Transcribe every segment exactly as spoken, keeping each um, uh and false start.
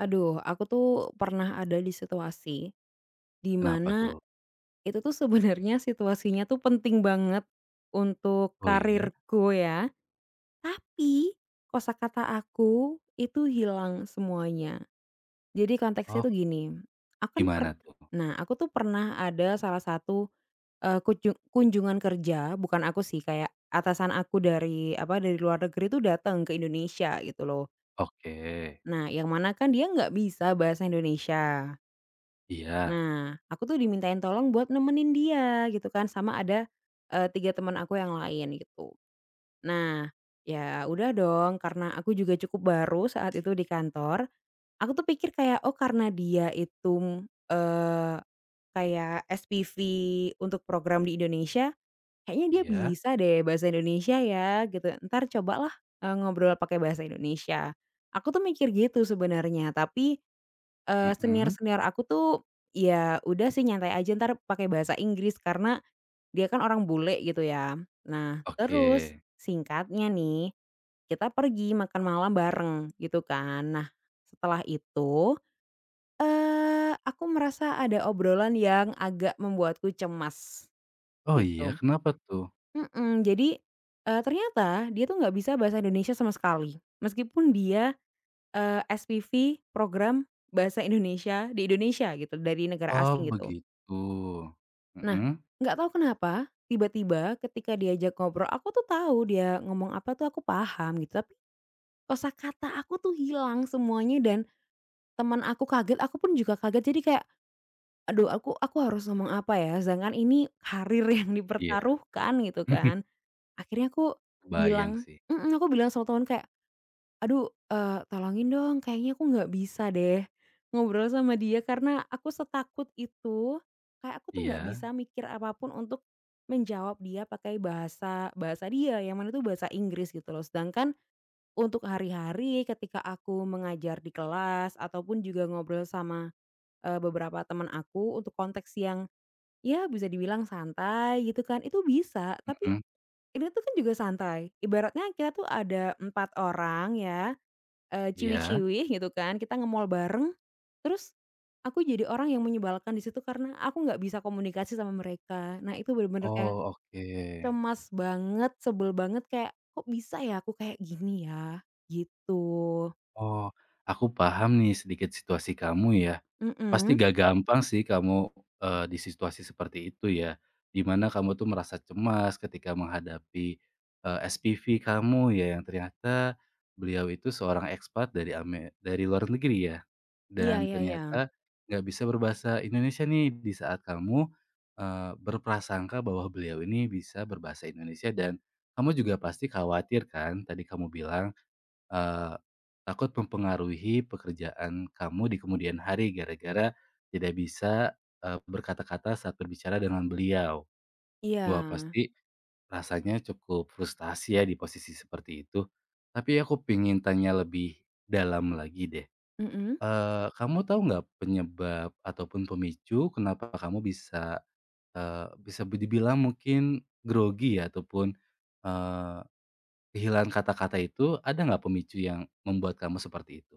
Aduh, aku tuh pernah ada di situasi di Kenapa mana tuh? itu tuh sebenarnya situasinya tuh penting banget untuk Oh iya? karirku, ya, tapi kosakata aku itu hilang semuanya. Jadi konteksnya Oh, tuh gini, aku kan per gimana tuh? nah, aku tuh pernah ada salah satu, eee, kunjung kunjungan kerja, bukan aku sih, kayak atasan aku dari apa, dari luar negeri tuh datang ke Indonesia gitu loh. Oke. Nah, yang mana kan dia nggak bisa bahasa Indonesia. Iya, Nah, aku tuh dimintain tolong buat nemenin dia gitu kan, sama ada, eee, tiga teman aku yang lain gitu. Nah, ya udah dong, karena aku juga cukup baru saat itu di kantor, aku tuh pikir kayak, oh karena dia itu, eee, kayak S P V untuk program di Indonesia, kayaknya dia iya, bisa deh bahasa Indonesia ya gitu. Ntar cobalah, eee, ngobrol pakai bahasa Indonesia. Aku tuh mikir gitu sebenarnya. Tapi Eee, mhm, senior-senior aku tuh, ya udah sih, nyantai aja, entar pakai bahasa Inggris karena dia kan orang bule gitu ya. Nah, oke. terus singkatnya nih, kita pergi makan malam bareng gitu kan. Nah, setelah itu, eee, aku merasa ada obrolan yang agak membuatku cemas Oh iya, gitu. kenapa tuh? Mhm, jadi, eee, ternyata dia tuh nggak bisa bahasa Indonesia sama sekali. Meskipun dia Eee, S P V program bahasa Indonesia di Indonesia gitu, dari negara Oh asing gitu. begitu, Nah, mhm, nggak tahu kenapa tiba-tiba ketika diajak ngobrol aku tuh tahu dia ngomong apa tuh aku paham gitu, tapi kosakata aku tuh hilang semuanya dan teman aku kaget, aku pun juga kaget. Jadi kayak, "Aduh, aku aku harus ngomong apa ya?" Sedangkan ini karir yang iya, dipertaruhkan gitu kan. Akhirnya aku kebayang bilang sih. mhm, aku bilang sama teman kayak, "Aduh, eee, tolongin dong, kayaknya aku nggak bisa deh ngobrol sama dia karena aku setakut itu." Kayak aku tuh nggak Iya, bisa mikir apapun untuk menjawab dia pakai bahasa bahasa dia, yang mana itu bahasa Inggris gitu loh. Sedangkan untuk hari-hari ketika aku mengajar di kelas ataupun juga ngobrol sama, eee, beberapa teman aku untuk konteks yang ya bisa dibilang santai gitu kan, itu bisa, tapi mhm, ini tuh kan juga santai. Ibaratnya kita tuh ada empat orang ya Eee, iya, ciwi-ciwi gitu kan, kita nge-mall bareng, terus aku jadi orang yang menyebalkan di situ karena aku nggak bisa komunikasi sama mereka. Nah itu bener-bener kayak oh oke. cemas banget, sebel banget kayak, "Kok bisa ya aku kayak gini ya?" Gitu. Oh, aku paham nih sedikit situasi kamu ya. Pasti Mhm. gak gampang sih kamu, eee, di situasi seperti itu ya, dimana kamu tuh merasa cemas ketika menghadapi, eee, S P V kamu ya yang ternyata beliau itu seorang ekspat dari ame dari luar negeri ya, Iya, dan iya, iya. ternyata nggak bisa berbahasa Indonesia nih di saat kamu, eee, berprasangka bahwa beliau ini bisa berbahasa Indonesia dan kamu juga pasti khawatir kan tadi kamu bilang. Eee, Takut mempengaruhi pekerjaan kamu di kemudian hari gara-gara tidak bisa, eee, berkata-kata saat berbicara dengan beliau. Iya. Wah, pasti rasanya cukup frustasi ya di posisi seperti itu. Tapi aku pengen tanya lebih dalam lagi deh. Mhm. Eee, kamu tahu nggak penyebab ataupun pemicu kenapa kamu bisa, eee, bisa dibilang mungkin grogi ya ataupun, eee, kehilangan kata-kata itu, ada nggak pemicu yang membuat kamu seperti itu?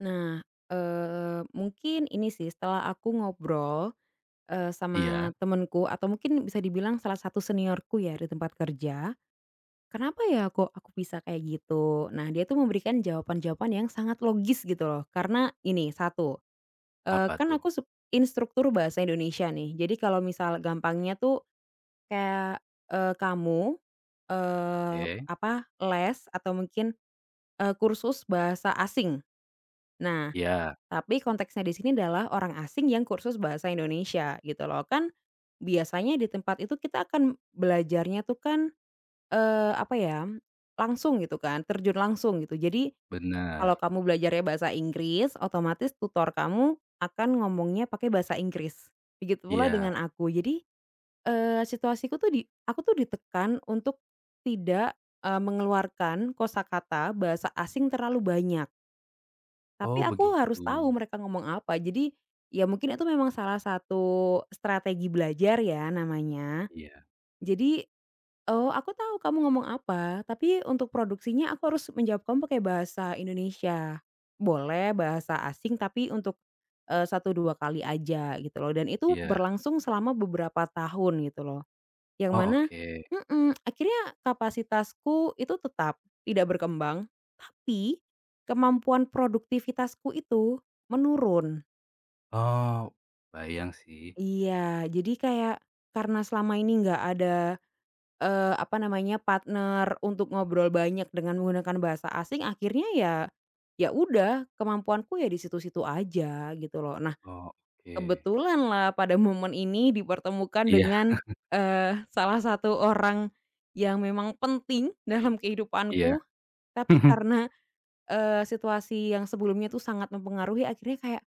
Nah, eee, mungkin ini sih setelah aku ngobrol, eee, Iya, sama temenku atau mungkin bisa dibilang salah satu seniorku ya di tempat kerja. Kenapa ya kok aku bisa kayak gitu? Nah, dia tuh memberikan jawaban-jawaban yang sangat logis gitu loh. Karena ini, satu, eee, apa kan tuh? aku sub instruktur bahasa Indonesia nih. Jadi kalau misal gampangnya tuh kayak, eee, kamu, eee, Oke, apa, les atau mungkin, eee, kursus bahasa asing. Nah, iya, tapi konteksnya di sini adalah orang asing yang kursus bahasa Indonesia gitu loh. Kan biasanya di tempat itu kita akan belajarnya tuh kan Eee, apa ya, langsung gitu kan, terjun langsung gitu. Jadi bener, kalau kamu belajarnya bahasa Inggris, otomatis tutor kamu akan ngomongnya pakai bahasa Inggris. Begitu pula iya. dengan aku. Jadi, eee, situasiku tuh di aku tuh ditekan untuk tidak, eee, mengeluarkan kosakata bahasa asing terlalu banyak. Tapi Oh aku begitu, harus tahu mereka ngomong apa. Jadi ya mungkin itu memang salah satu strategi belajar ya namanya. iya, Jadi, "Oh, aku tahu kamu ngomong apa, tapi untuk produksinya aku harus menjawab kamu pakai bahasa Indonesia. Boleh bahasa asing tapi untuk, eee, satu, dua kali aja gitu loh, dan itu iya. berlangsung selama beberapa tahun gitu loh. Yang Oh mana oke. mhm, akhirnya kapasitasku itu tetap tidak berkembang, tapi kemampuan produktivitasku itu menurun. Oh, bayang sih. Iya, jadi kayak karena selama ini nggak ada Eee, apa namanya, partner untuk ngobrol banyak dengan menggunakan bahasa asing akhirnya ya, ya udah kemampuanku ya di situ-situ aja gitu loh. Nah Oh oke. kebetulan lah pada momen ini dipertemukan Iya, dengan, eee, salah satu orang yang memang penting dalam iya. kehidupanku, tapi karena, eee, situasi yang sebelumnya tuh sangat mempengaruhi akhirnya kayak,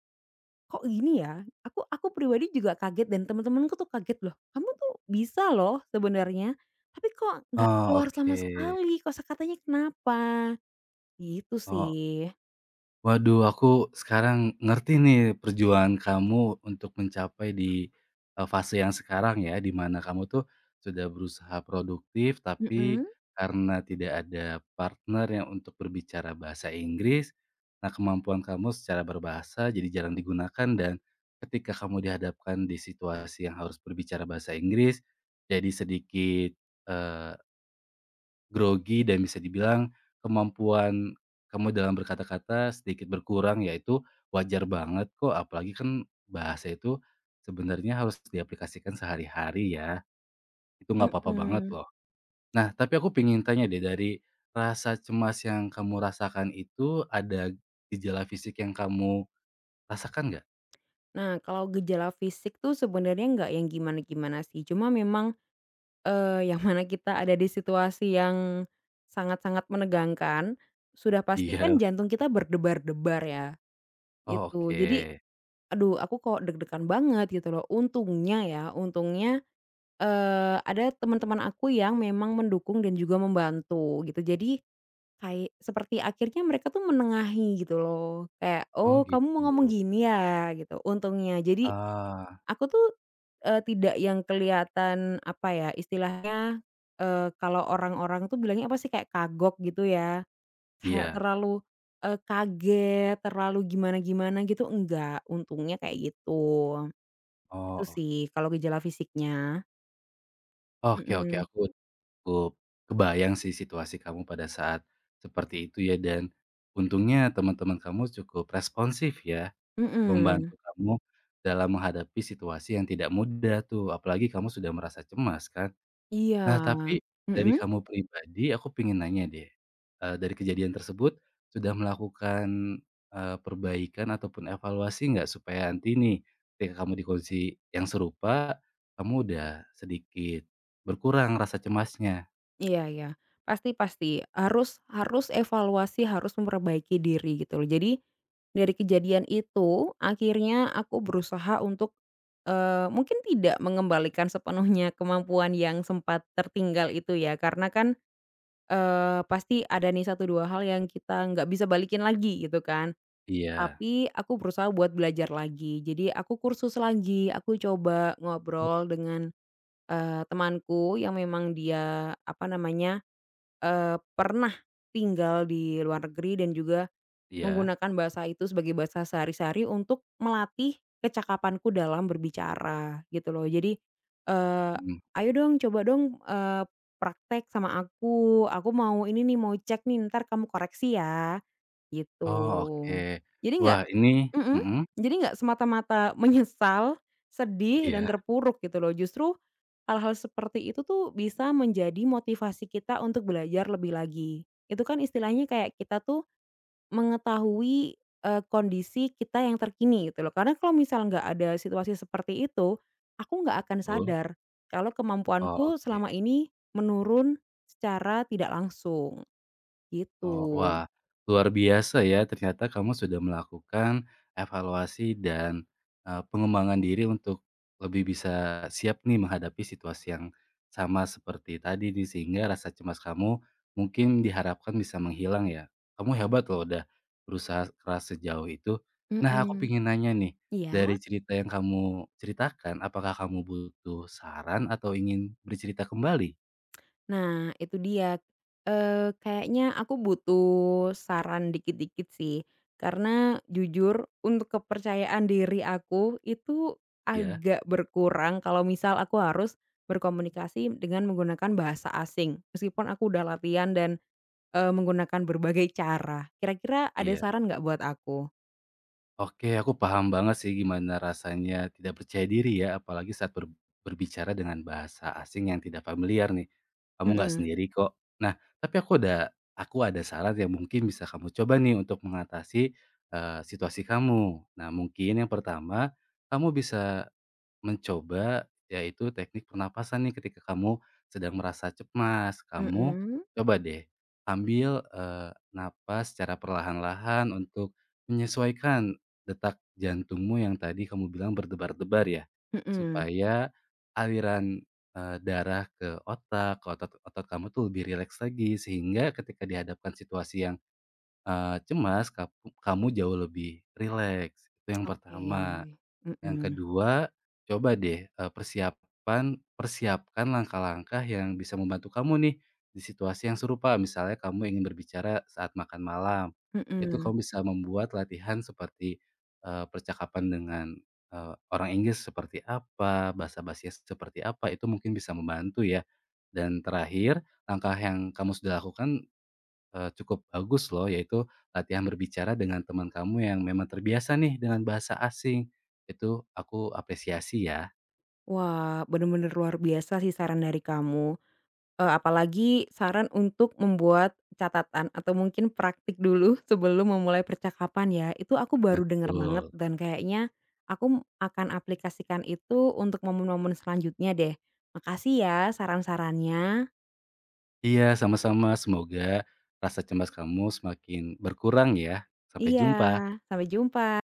"Kok gini ya?" Aku aku pribadi juga kaget dan teman-temanku tuh kaget, "Loh, kamu tuh bisa loh sebenarnya, tapi kok nggak Oh keluar sama oke. sekali, kosakatanya kenapa?" Gitu Oh. sih. Waduh, aku sekarang ngerti nih perjuangan kamu untuk mencapai di eee, fase yang sekarang ya, di mana kamu tuh sudah berusaha produktif, tapi Mhm. karena tidak ada partner yang untuk berbicara bahasa Inggris, nah kemampuan kamu secara berbahasa jadi jarang digunakan dan ketika kamu dihadapkan di situasi yang harus berbicara bahasa Inggris, jadi sedikit grogi dan bisa dibilang kemampuan kamu dalam berkata-kata sedikit berkurang ya, itu wajar banget kok, apalagi kan bahasa itu sebenarnya harus diaplikasikan sehari-hari ya, itu nggak apa-apa banget Mhm. loh. Nah, tapi aku pengen tanya deh, dari rasa cemas yang kamu rasakan itu ada gejala fisik yang kamu rasakan nggak? Nah, kalau gejala fisik tuh sebenarnya nggak yang gimana-gimana sih, cuma memang, eee, yang mana kita ada di situasi yang sangat-sangat menegangkan, sudah pasti kan Iya. jantung kita berdebar-debar ya, Oh, itu. Jadi, oke. "Aduh, aku kok deg-degan banget gitu loh." Untungnya ya, untungnya, eee, ada teman-teman aku yang memang mendukung dan juga membantu gitu. Jadi kayak seperti akhirnya mereka tuh menengahi gitu loh. Kayak, Oh "Oh, gitu. kamu mau ngomong gini ya?" Gitu, untungnya. Jadi Ah, aku tuh, eee, tidak yang kelihatan apa ya, istilahnya, eee, kalau orang-orang tuh bilangnya apa sih, kayak kagok gitu ya. Kayak iya. terlalu, eee, kaget, terlalu gimana-gimana gitu, enggak, untungnya kayak gitu. Oh, Itu oke. sih kalau gejala fisiknya. Oke, oke, Mhm. aku cukup kebayang sih situasi kamu pada saat seperti itu ya, dan untungnya teman-teman kamu cukup responsif ya, Mhm. membantu kamu dalam menghadapi situasi yang tidak mudah tuh, apalagi kamu sudah merasa cemas kan. Iya. Nah tapi dari Mhm. kamu pribadi aku pengen nanya deh, eee, dari kejadian tersebut sudah melakukan, eee, perbaikan ataupun evaluasi nggak? Supaya nanti nih ketika kamu di kondisi yang serupa, kamu udah sedikit berkurang rasa cemasnya. Iya, iya, pasti, pasti, harus harus evaluasi, harus memperbaiki diri gitu loh. Jadi, dari kejadian itu akhirnya aku berusaha untuk, eee, mungkin tidak mengembalikan sepenuhnya kemampuan yang sempat tertinggal itu ya, karena kan, eee, pasti ada nih satu dua hal yang kita nggak bisa balikin lagi gitu kan. Iya, Tapi aku berusaha buat belajar lagi. Jadi aku kursus lagi, aku coba ngobrol dengan, eee, temanku yang memang dia, apa namanya, eee, pernah tinggal di luar negeri dan juga iya, menggunakan bahasa itu sebagai bahasa sehari-hari untuk melatih kecakapanku dalam berbicara, gitu loh. Jadi, eee, mhm. "Ayo dong, coba dong, eee, praktek sama aku. Aku mau ini nih, mau cek nih, ntar kamu koreksi ya." Gitu. Oh, oke. Jadi nggak Wah, ini Mhm, mhm, jadi nggak semata-mata menyesal, sedih, dan iya, terpuruk gitu loh. Justru hal-hal seperti itu tuh bisa menjadi motivasi kita untuk belajar lebih lagi. Itu kan istilahnya kayak kita tuh mengetahui, eee, kondisi kita yang terkini gitu loh. Karena kalau misal nggak ada situasi seperti itu, aku nggak akan betul. sadar kalau Oh, kemampuanku oke. selama ini menurun secara tidak langsung, Oh, gitu. wah, luar biasa ya ternyata kamu sudah melakukan evaluasi dan, eee, pengembangan diri untuk lebih bisa siap nih menghadapi situasi yang sama seperti tadi nih, sehingga rasa cemas kamu mungkin diharapkan bisa menghilang ya. Kamu hebat loh udah berusaha keras sejauh itu. Nah, aku Mhm. pengen nanya nih, Iya? dari cerita yang kamu ceritakan, apakah kamu butuh saran atau ingin bercerita kembali? Nah, itu dia, eee, kayaknya aku butuh saran dikit-dikit sih, karena jujur untuk kepercayaan diri aku itu Ya. agak berkurang kalau misal aku harus berkomunikasi dengan menggunakan bahasa asing, meskipun aku udah latihan dan, eee, menggunakan berbagai cara. Kira-kira ada Iya. saran nggak buat aku? Oke, aku paham banget sih gimana rasanya tidak percaya diri ya, apalagi saat ber- berbicara dengan bahasa asing yang tidak familiar nih. Kamu nggak Mhm. sendiri kok. Nah, tapi aku ada aku ada saran yang mungkin bisa kamu coba nih untuk mengatasi, eh, situasi kamu. Nah, mungkin yang pertama, kamu bisa mencoba, yaitu teknik pernapasan nih ketika kamu sedang merasa cemas, kamu Mhm. coba deh ambil, eee, napas secara perlahan-lahan untuk menyesuaikan detak jantungmu yang tadi kamu bilang berdebar-debar ya, Mhm. supaya aliran, eee, darah ke otak, ke otot-otot kamu tuh lebih rileks lagi sehingga ketika dihadapkan situasi yang, eee, cemas, kapu kamu jauh lebih rileks, itu yang Oke. pertama. Yang Mhm. kedua, coba deh, eee, persiapan persiapkan langkah-langkah yang bisa membantu kamu nih, di situasi yang serupa. Misalnya kamu ingin berbicara saat makan malam, itu Mhm. kamu bisa membuat latihan seperti, eee, percakapan dengan, eee, orang Inggris seperti apa, bahasa basinya seperti apa, itu mungkin bisa membantu ya. Dan terakhir, langkah yang kamu sudah lakukan, Eee, cukup bagus loh, yaitu latihan berbicara dengan teman kamu yang memang terbiasa nih dengan bahasa asing. Itu aku apresiasi ya. Wah, bener-bener luar biasa sih saran dari kamu. Eee, apalagi saran untuk membuat catatan atau mungkin praktik dulu sebelum memulai percakapan ya, itu aku baru denger banget Betul. dan kayaknya aku m- akan aplikasikan itu untuk momen-momen selanjutnya deh. Makasih ya saran-sarannya. Iya, sama-sama. Semoga rasa cemas kamu semakin berkurang ya. Sampai Iya, jumpa. sampai jumpa.